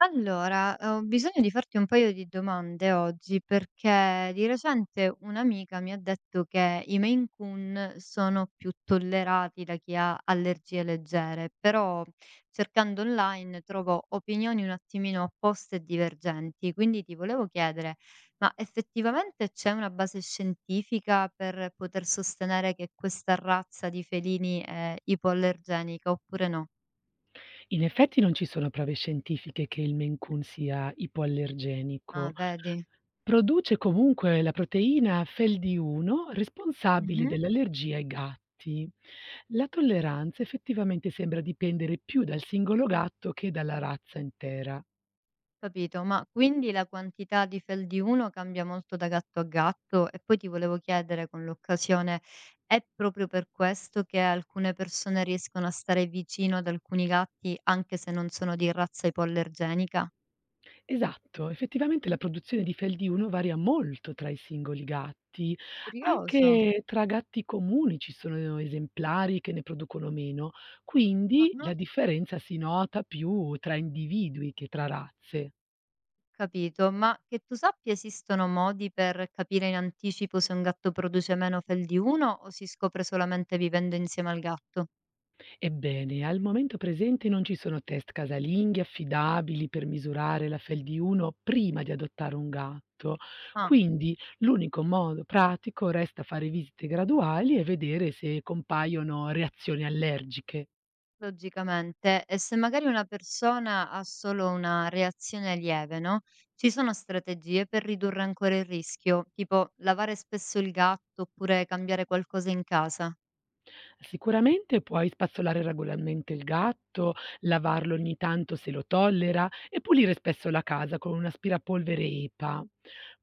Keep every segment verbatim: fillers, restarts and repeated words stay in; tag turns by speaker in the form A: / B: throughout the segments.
A: Allora, eh, ho bisogno di farti un paio di domande oggi perché di recente un'amica mi ha detto che i Maine Coon sono più tollerati da chi ha allergie leggere, però cercando online trovo opinioni un attimino opposte e divergenti, quindi ti volevo chiedere, ma effettivamente c'è una base scientifica per poter sostenere che questa razza di felini è ipoallergenica oppure no?
B: In effetti non ci sono prove scientifiche che il Maine Coon sia ipoallergenico.
A: Ah, vedi?
B: Produce comunque la proteina F e L D uno responsabile dell'allergia ai gatti. La tolleranza effettivamente sembra dipendere più dal singolo gatto che dalla razza intera.
A: Capito, ma quindi la quantità di fel di uno cambia molto da gatto a gatto? E poi ti volevo chiedere con l'occasione, è proprio per questo che alcune persone riescono a stare vicino ad alcuni gatti anche se non sono di razza ipoallergenica?
B: Esatto, effettivamente la produzione di fel di uno varia molto tra i singoli gatti,
A: Curioso.
B: anche tra gatti comuni ci sono esemplari che ne producono meno, quindi
A: Ah-ah.
B: la differenza si nota più tra individui che tra razze.
A: Capito, ma che tu sappia esistono modi per capire in anticipo se un gatto produce meno fel di uno o si scopre solamente vivendo insieme al gatto?
B: Ebbene, al momento presente non ci sono test casalinghi affidabili per misurare la fel di uno prima di adottare un gatto,
A: Ah.
B: quindi l'unico modo pratico resta fare visite graduali e vedere se compaiono reazioni allergiche.
A: Logicamente, e se magari una persona ha solo una reazione lieve, no? Ci sono strategie per ridurre ancora il rischio, tipo lavare spesso il gatto oppure cambiare qualcosa in casa,
B: Sicuramente puoi spazzolare regolarmente il gatto, lavarlo ogni tanto se lo tollera e pulire spesso la casa con un aspirapolvere E P A.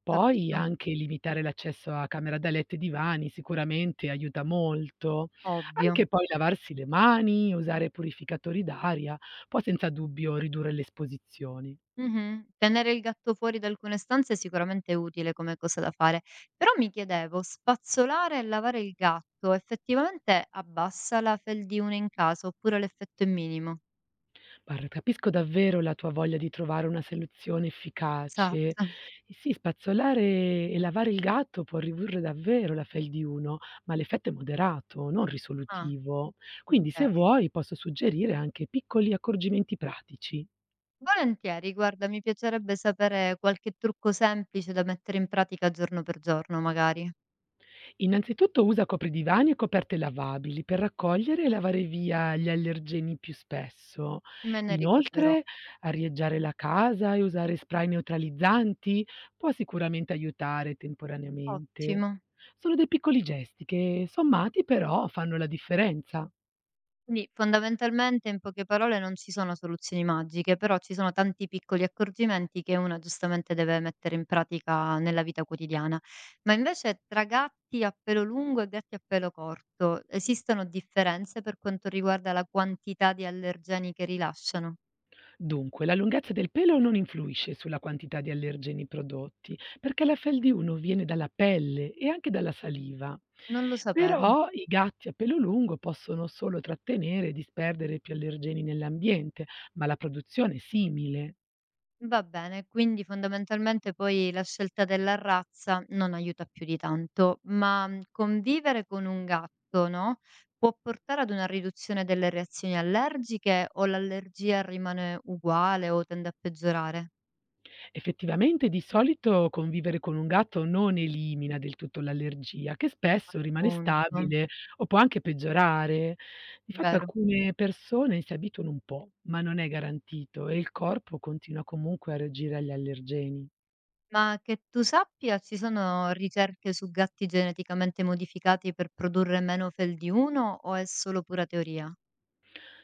B: Poi
A: capito?
B: anche limitare l'accesso a camera da letto e divani sicuramente aiuta molto.
A: Ovvio.
B: Anche poi lavarsi le mani, usare purificatori d'aria, può senza dubbio ridurre le esposizioni.
A: Mhm. Tenere il gatto fuori da alcune stanze è sicuramente utile come cosa da fare, però mi chiedevo, spazzolare e lavare il gatto effettivamente abbassa la fel di uno in casa oppure l'effetto è minimo?
B: Guarda, capisco davvero la tua voglia di trovare una soluzione efficace. E
A: Esatto.
B: sì, spazzolare e lavare il gatto può ridurre davvero la fel di uno, ma l'effetto è moderato, non
A: Ah,
B: risolutivo. Quindi,
A: ok.
B: se vuoi, posso suggerire anche piccoli accorgimenti pratici.
A: Volentieri, guarda, mi piacerebbe sapere qualche trucco semplice da mettere in pratica giorno per giorno, magari.
B: Innanzitutto usa copridivani e coperte lavabili per raccogliere e lavare via gli allergeni più spesso.
A: Me ne ricorderò.
B: Inoltre, arieggiare la casa e usare spray neutralizzanti può sicuramente aiutare temporaneamente.
A: Ottimo.
B: Sono dei piccoli gesti che, sommati però, fanno la differenza.
A: Quindi fondamentalmente, in poche parole, non ci sono soluzioni magiche, però ci sono tanti piccoli accorgimenti che una giustamente deve mettere in pratica nella vita quotidiana. Ma invece tra gatti a pelo lungo e gatti a pelo corto, esistono differenze per quanto riguarda la quantità di allergeni che rilasciano?
B: Dunque, la lunghezza del pelo non influisce sulla quantità di allergeni prodotti, perché la FeL-D uno viene dalla pelle e anche dalla saliva.
A: Non lo sapevo.
B: Però i gatti a pelo lungo possono solo trattenere e disperdere più allergeni nell'ambiente, ma la produzione è simile.
A: Va bene, quindi fondamentalmente poi la scelta della razza non aiuta più di tanto, ma mh, convivere con un gatto, no? Può portare ad una riduzione delle reazioni allergiche o l'allergia rimane uguale o tende a peggiorare?
B: Effettivamente di solito convivere con un gatto non elimina del tutto l'allergia, che spesso rimane
A: Punto.
B: stabile o può anche peggiorare. Di fatto
A: Vero.
B: alcune persone si abituano un po', ma non è garantito e il corpo continua comunque a reagire agli allergeni.
A: Ma che tu sappia, ci sono ricerche su gatti geneticamente modificati per produrre meno fel di uno o è solo pura teoria?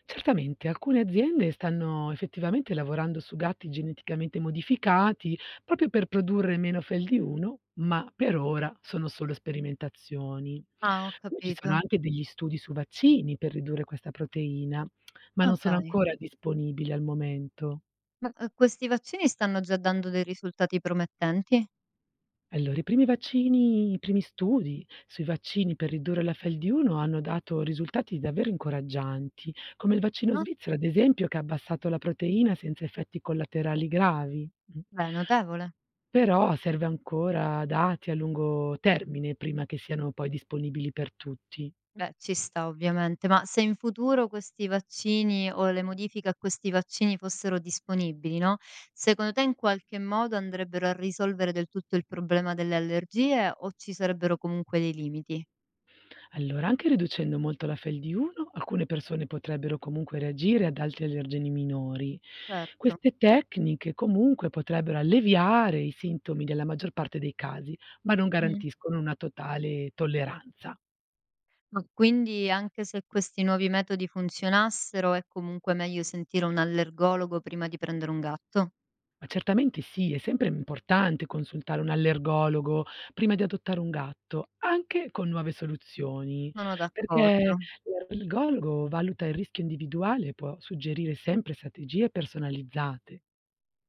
B: Certamente, alcune aziende stanno effettivamente lavorando su gatti geneticamente modificati proprio per produrre meno fel di uno, ma per ora sono solo sperimentazioni.
A: Ah, ho
B: Poi ci sono
A: capito.
B: anche degli studi su vaccini per ridurre questa proteina, ma
A: Ah,
B: non sono
A: dai.
B: ancora disponibili al momento.
A: Ma, uhm, questi vaccini stanno già dando dei risultati promettenti?
B: Allora, i primi vaccini i primi studi sui vaccini per ridurre la F E L uno hanno dato risultati davvero incoraggianti, come il vaccino
A: Mh.
B: svizzero, ad esempio, che ha abbassato la proteina senza effetti collaterali gravi. Mh.
A: Beh, notevole.
B: Però serve ancora dati a lungo termine prima che siano poi disponibili per tutti.
A: Beh, ci sta ovviamente, ma se in futuro questi vaccini o le modifiche a questi vaccini fossero disponibili, no, secondo te in qualche modo andrebbero a risolvere del tutto il problema delle allergie o ci sarebbero comunque dei limiti?
B: Allora, anche riducendo molto la FeL di uno, alcune persone potrebbero comunque reagire ad altri allergeni minori.
A: Certo.
B: Queste tecniche comunque potrebbero alleviare i sintomi della maggior parte dei casi, ma non
A: Mh-mh.
B: garantiscono una totale tolleranza.
A: Ma quindi anche se questi nuovi metodi funzionassero, è comunque meglio sentire un allergologo prima di prendere un gatto?
B: Ma certamente sì, è sempre importante consultare un allergologo prima di adottare un gatto, anche con nuove soluzioni,
A: Sono
B: perché
A: d'accordo.
B: l'allergologo valuta il rischio individuale e può suggerire sempre strategie personalizzate.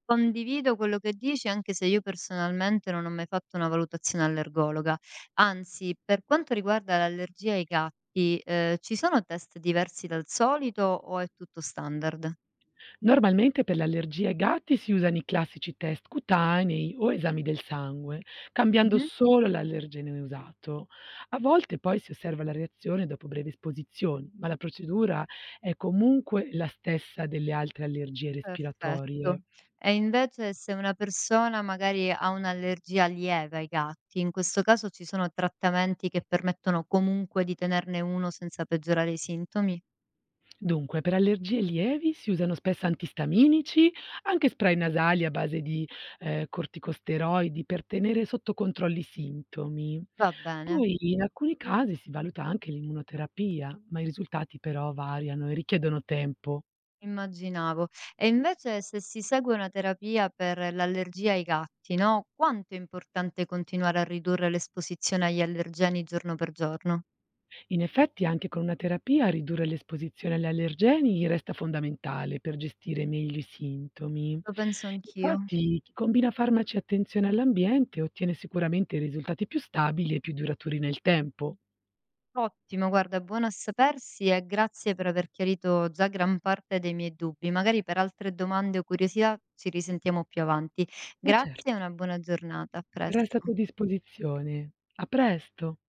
A: Condivido quello che dici, anche se io personalmente non ho mai fatto una valutazione allergologa. Anzi, per quanto riguarda l'allergia ai gatti, ehm, ci sono test diversi dal solito o è tutto standard?
B: Normalmente per le allergie ai gatti si usano i classici test cutanei o esami del sangue, cambiando
A: Mh-mh.
B: solo l'allergene usato. A volte poi si osserva la reazione dopo brevi esposizioni, ma la procedura è comunque la stessa delle altre allergie
A: Perfetto.
B: respiratorie.
A: E invece se una persona magari ha un'allergia lieve ai gatti, in questo caso ci sono trattamenti che permettono comunque di tenerne uno senza peggiorare i sintomi?
B: Dunque, per allergie lievi si usano spesso antistaminici, anche spray nasali a base di eh, corticosteroidi per tenere sotto controllo i sintomi.
A: Va bene.
B: Poi in alcuni casi si valuta anche l'immunoterapia, ma i risultati però variano e richiedono tempo.
A: Immaginavo. E invece se si segue una terapia per l'allergia ai gatti, no, quanto è importante continuare a ridurre l'esposizione agli allergeni giorno per giorno?
B: In effetti anche con una terapia ridurre l'esposizione agli allergeni resta fondamentale per gestire meglio i sintomi.
A: Lo penso anch'io.
B: Infatti chi combina farmaci e attenzione all'ambiente ottiene sicuramente risultati più stabili e più duraturi nel tempo.
A: Ottimo, guarda, buono a sapersi e grazie per aver chiarito già gran parte dei miei dubbi. Magari per altre domande o curiosità ci risentiamo più avanti.
B: Ma certo.
A: Grazie e una buona giornata. A
B: Resta a tua
A: presto.
B: disposizione. A presto!